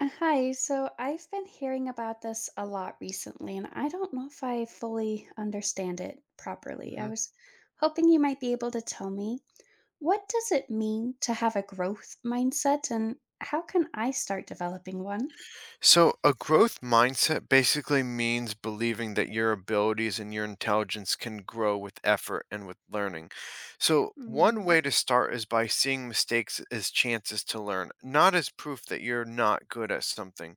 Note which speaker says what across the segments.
Speaker 1: Hi, so I've been hearing about this a lot recently, and I don't know if I fully understand it properly. I
Speaker 2: Mhm.
Speaker 1: was hoping you might be able to tell me what does it mean to have a growth mindset, and how can I start developing one?
Speaker 2: So, a growth mindset basically means believing that your abilities and your intelligence can grow with effort and with learning. So, one
Speaker 1: Mm,
Speaker 2: way to start is by seeing mistakes as chances to learn, not as proof that you're not good at something.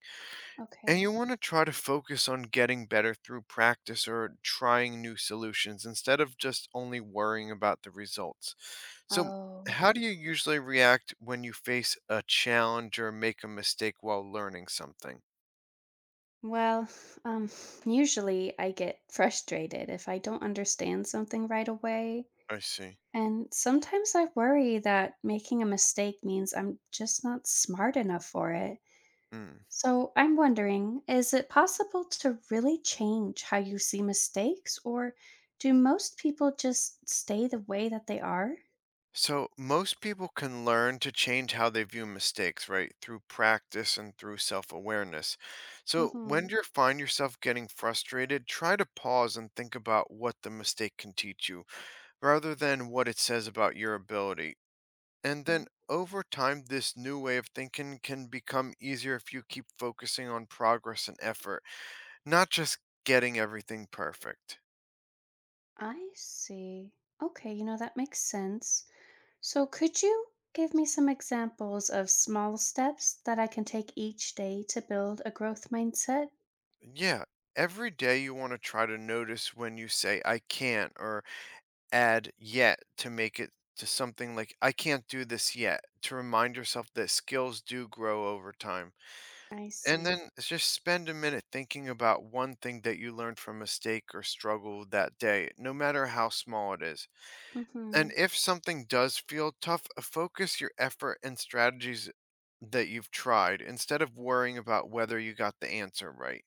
Speaker 2: And
Speaker 1: okay.
Speaker 2: you want to try to focus on getting better through practice or trying new solutions instead of just only worrying about the results. So,
Speaker 1: Oh,
Speaker 2: how do you usually react when you face a challenge or make a mistake while learning something?
Speaker 1: well, um, usually I get frustrated if I don't understand something right away.
Speaker 2: I see.
Speaker 1: And sometimes I worry that making a mistake means I'm just not smart enough for it.
Speaker 2: Mm.
Speaker 1: So I'm wondering, is it possible to really change how you see mistakes, or do most people just stay the way that they are?
Speaker 2: So, most people can learn to change how they view mistakes, right? Through practice and through self awareness. So, when
Speaker 1: Hmm.
Speaker 2: you find yourself getting frustrated, try to pause and think about what the mistake can teach you rather than what it says about your ability. And
Speaker 1: Okay.
Speaker 2: then over time, this new way of thinking can become easier if you keep focusing on progress and effort, not just getting everything perfect.
Speaker 1: I see. Okay, that makes sense. So could you give me some examples of small steps that I can take each day to build a growth mindset?
Speaker 2: Yeah, every day you want to try to notice when you say, I can't, or add yet to make it to something like, I can't do this yet, to remind yourself that skills do grow over time.
Speaker 1: I
Speaker 2: And
Speaker 1: see.
Speaker 2: then just spend a minute thinking about one thing that you learned from mistake or struggle that day, no matter how small it is. And
Speaker 1: Hmm.
Speaker 2: if something does feel tough, focus your effort and strategies that you've tried instead of worrying about whether you got the answer right.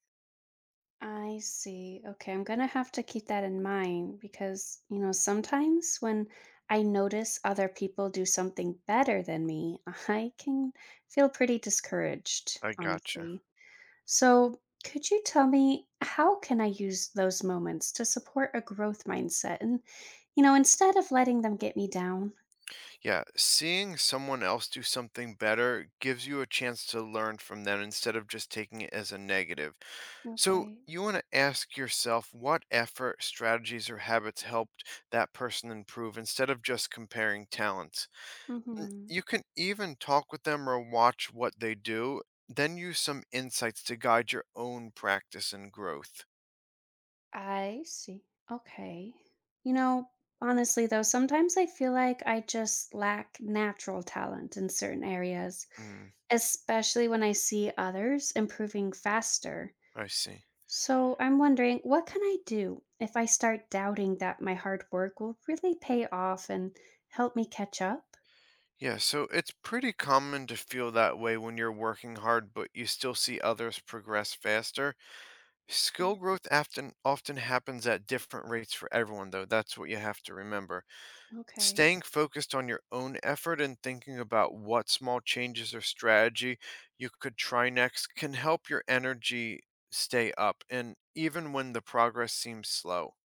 Speaker 1: I see. Okay, I'm gonna have to keep that in mind because sometimes when I notice other people do something better than me, I can feel pretty discouraged,
Speaker 2: I gotcha.
Speaker 1: honestly. So, could you tell me how can I use those moments to support a growth mindset and instead of letting them get me down?
Speaker 2: Yeah, seeing someone else do something better gives you a chance to learn from them instead of just taking it as a negative. So
Speaker 1: Okay.
Speaker 2: you want to ask yourself what effort, strategies, or habits helped that person improve instead of just comparing talents.
Speaker 1: Mhm.
Speaker 2: You can even talk with them or watch what they do, then use some insights to guide your own practice and growth.
Speaker 1: I see. Okay. You know, honestly, though, sometimes I feel like I just lack natural talent in certain areas,
Speaker 2: Mm,
Speaker 1: especially when I see others improving faster.
Speaker 2: I see.
Speaker 1: So I'm wondering, what can I do if I start doubting that my hard work will really pay off and help me catch up?
Speaker 2: Yeah, so it's pretty common to feel that way when you're working hard, but you still see others progress faster. Skill
Speaker 1: Mm,
Speaker 2: growth often happens at different rates for everyone, though. That's what you have to remember.
Speaker 1: okay.
Speaker 2: Staying focused on your own effort and thinking about what small changes or strategy you could try next can help your energy stay up and even when the progress seems slow.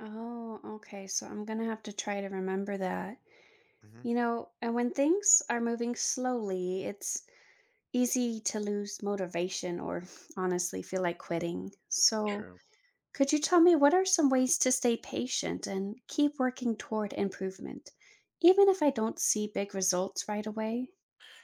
Speaker 1: Oh, okay. So I'm going to have to try to remember that.
Speaker 2: Mhm.
Speaker 1: And when things are moving slowly, it's easy to lose motivation or honestly feel like quitting. So,
Speaker 2: True.
Speaker 1: could you tell me what are some ways to stay patient and keep working toward improvement, even if I don't see big results right away?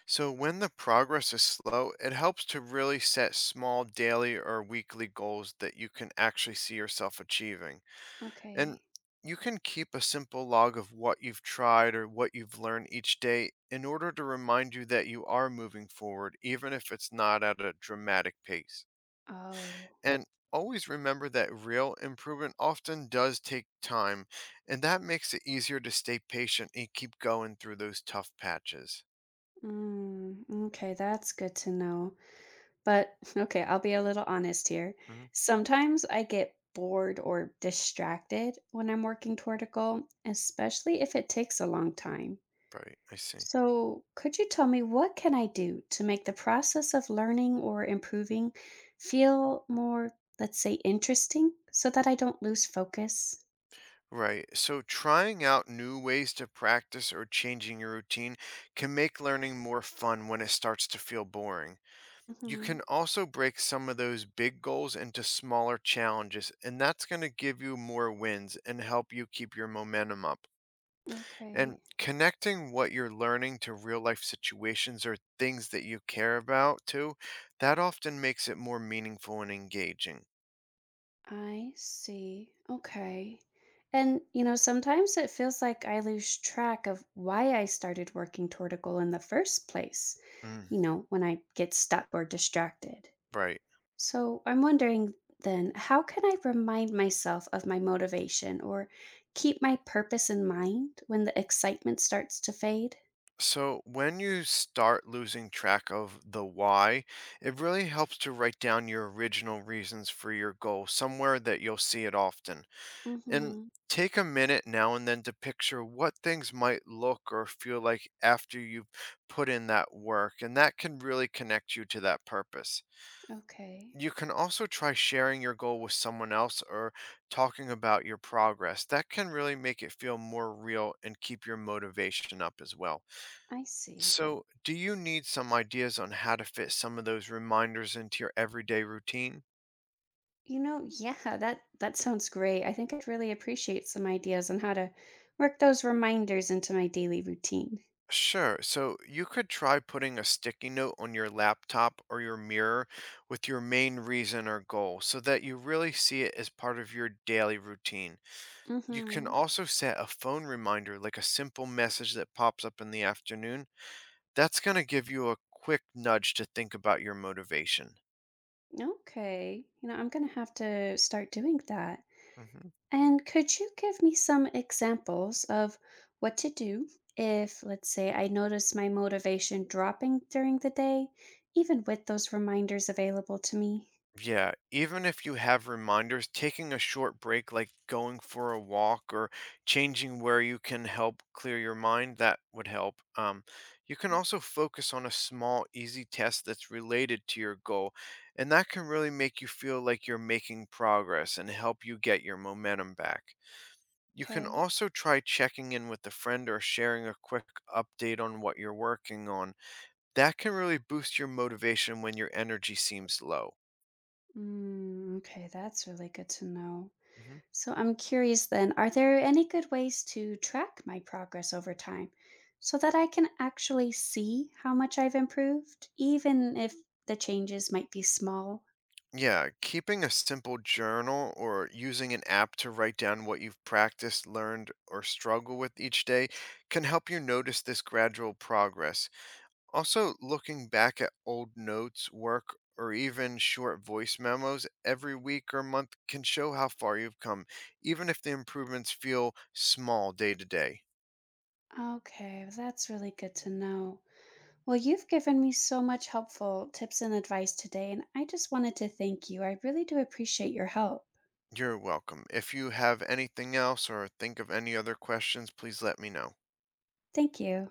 Speaker 2: So, when the progress is slow, it helps to really set small daily or weekly goals that you can actually see yourself achieving.
Speaker 1: Okay.
Speaker 2: And you can keep a simple log of what you've tried or what you've learned each day in order to remind you that you are moving forward, even if it's not at a dramatic pace.
Speaker 1: Oh.
Speaker 2: And always remember that real improvement often does take time, and that makes it easier to stay patient and keep going through those tough patches.
Speaker 1: Mm, okay, that's good to know. But okay, I'll be a little honest here.
Speaker 2: Hmm.
Speaker 1: Sometimes I get bored or distracted when I'm working toward a goal, especially if it takes a long time.
Speaker 2: Right, I see.
Speaker 1: So, could you tell me what can I do to make the process of learning or improving feel more, let's say, interesting so that I don't lose focus?
Speaker 2: Right, so trying out new ways to practice or changing your routine can make learning more fun when it starts to feel boring. You
Speaker 1: Hmm.
Speaker 2: can also break some of those big goals into smaller challenges, and that's going to give you more wins and help you keep your momentum up.
Speaker 1: Okay,
Speaker 2: And connecting what you're learning to real life situations or things that you care about too, that often makes it more meaningful and engaging.
Speaker 1: I see. Okay. And sometimes it feels like I lose track of why I started working toward a goal in the first place,
Speaker 2: Mm,
Speaker 1: you know, when I get stuck or distracted.
Speaker 2: right.
Speaker 1: So I'm wondering then, how can I remind myself of my motivation or keep my purpose in mind when the excitement starts to fade?
Speaker 2: So, when you start losing track of the why, it really helps to write down your original reasons for your goal somewhere that you'll see it often. And
Speaker 1: Mm-hmm.
Speaker 2: take a minute now and then to picture what things might look or feel like after you've put in that work, and that can really connect you to that purpose.
Speaker 1: Okay,
Speaker 2: You can also try sharing your goal with someone else or talking about your progress. That can really make it feel more real and keep your motivation up as well.
Speaker 1: I see.
Speaker 2: So, do you need some ideas on how to fit some of those reminders into your everyday routine?
Speaker 1: Yeah, that sounds great. I think I'd really appreciate some ideas on how to work those reminders into my daily routine.
Speaker 2: Sure. So you could try putting a sticky note on your laptop or your mirror with your main reason or goal so that you really see it as part of your daily routine. You can
Speaker 1: Mm-hmm.
Speaker 2: also set a phone reminder, like a simple message that pops up in the afternoon. That's going to give you a quick nudge to think about your motivation.
Speaker 1: Okay. I'm gonna have to start doing that.
Speaker 2: Mhm.
Speaker 1: And could you give me some examples of what to do if, let's say, I notice my motivation dropping during the day, even with those reminders available to me?
Speaker 2: Yeah, even if you have reminders, taking a short break, like going for a walk or changing where you can help clear your mind, that would help. You can also focus on a small, easy task that's related to your goal, and that can really make you feel like you're making progress and help you get your momentum back. You can
Speaker 1: Okay.
Speaker 2: also try checking in with a friend or sharing a quick update on what you're working on. That can really boost your motivation when your energy seems low.
Speaker 1: Mm, okay, that's really good to know.
Speaker 2: Mm-hmm.
Speaker 1: So I'm curious then, are there any good ways to track my progress over time so that I can actually see how much I've improved, even if the changes might be small?
Speaker 2: Yeah, keeping a simple journal or using an app to write down what you've practiced, learned, or struggle with each day can help you notice this gradual progress. Also, looking back at old notes, work, or even short voice memos every week or month can show how far you've come, even if the improvements feel small day to day.
Speaker 1: Okay, that's really good to know. Well, you've given me so much helpful tips and advice today, and I just wanted to thank you. I really do appreciate your help.
Speaker 2: You're welcome. If you have anything else or think of any other questions, please let me know.
Speaker 1: Thank you.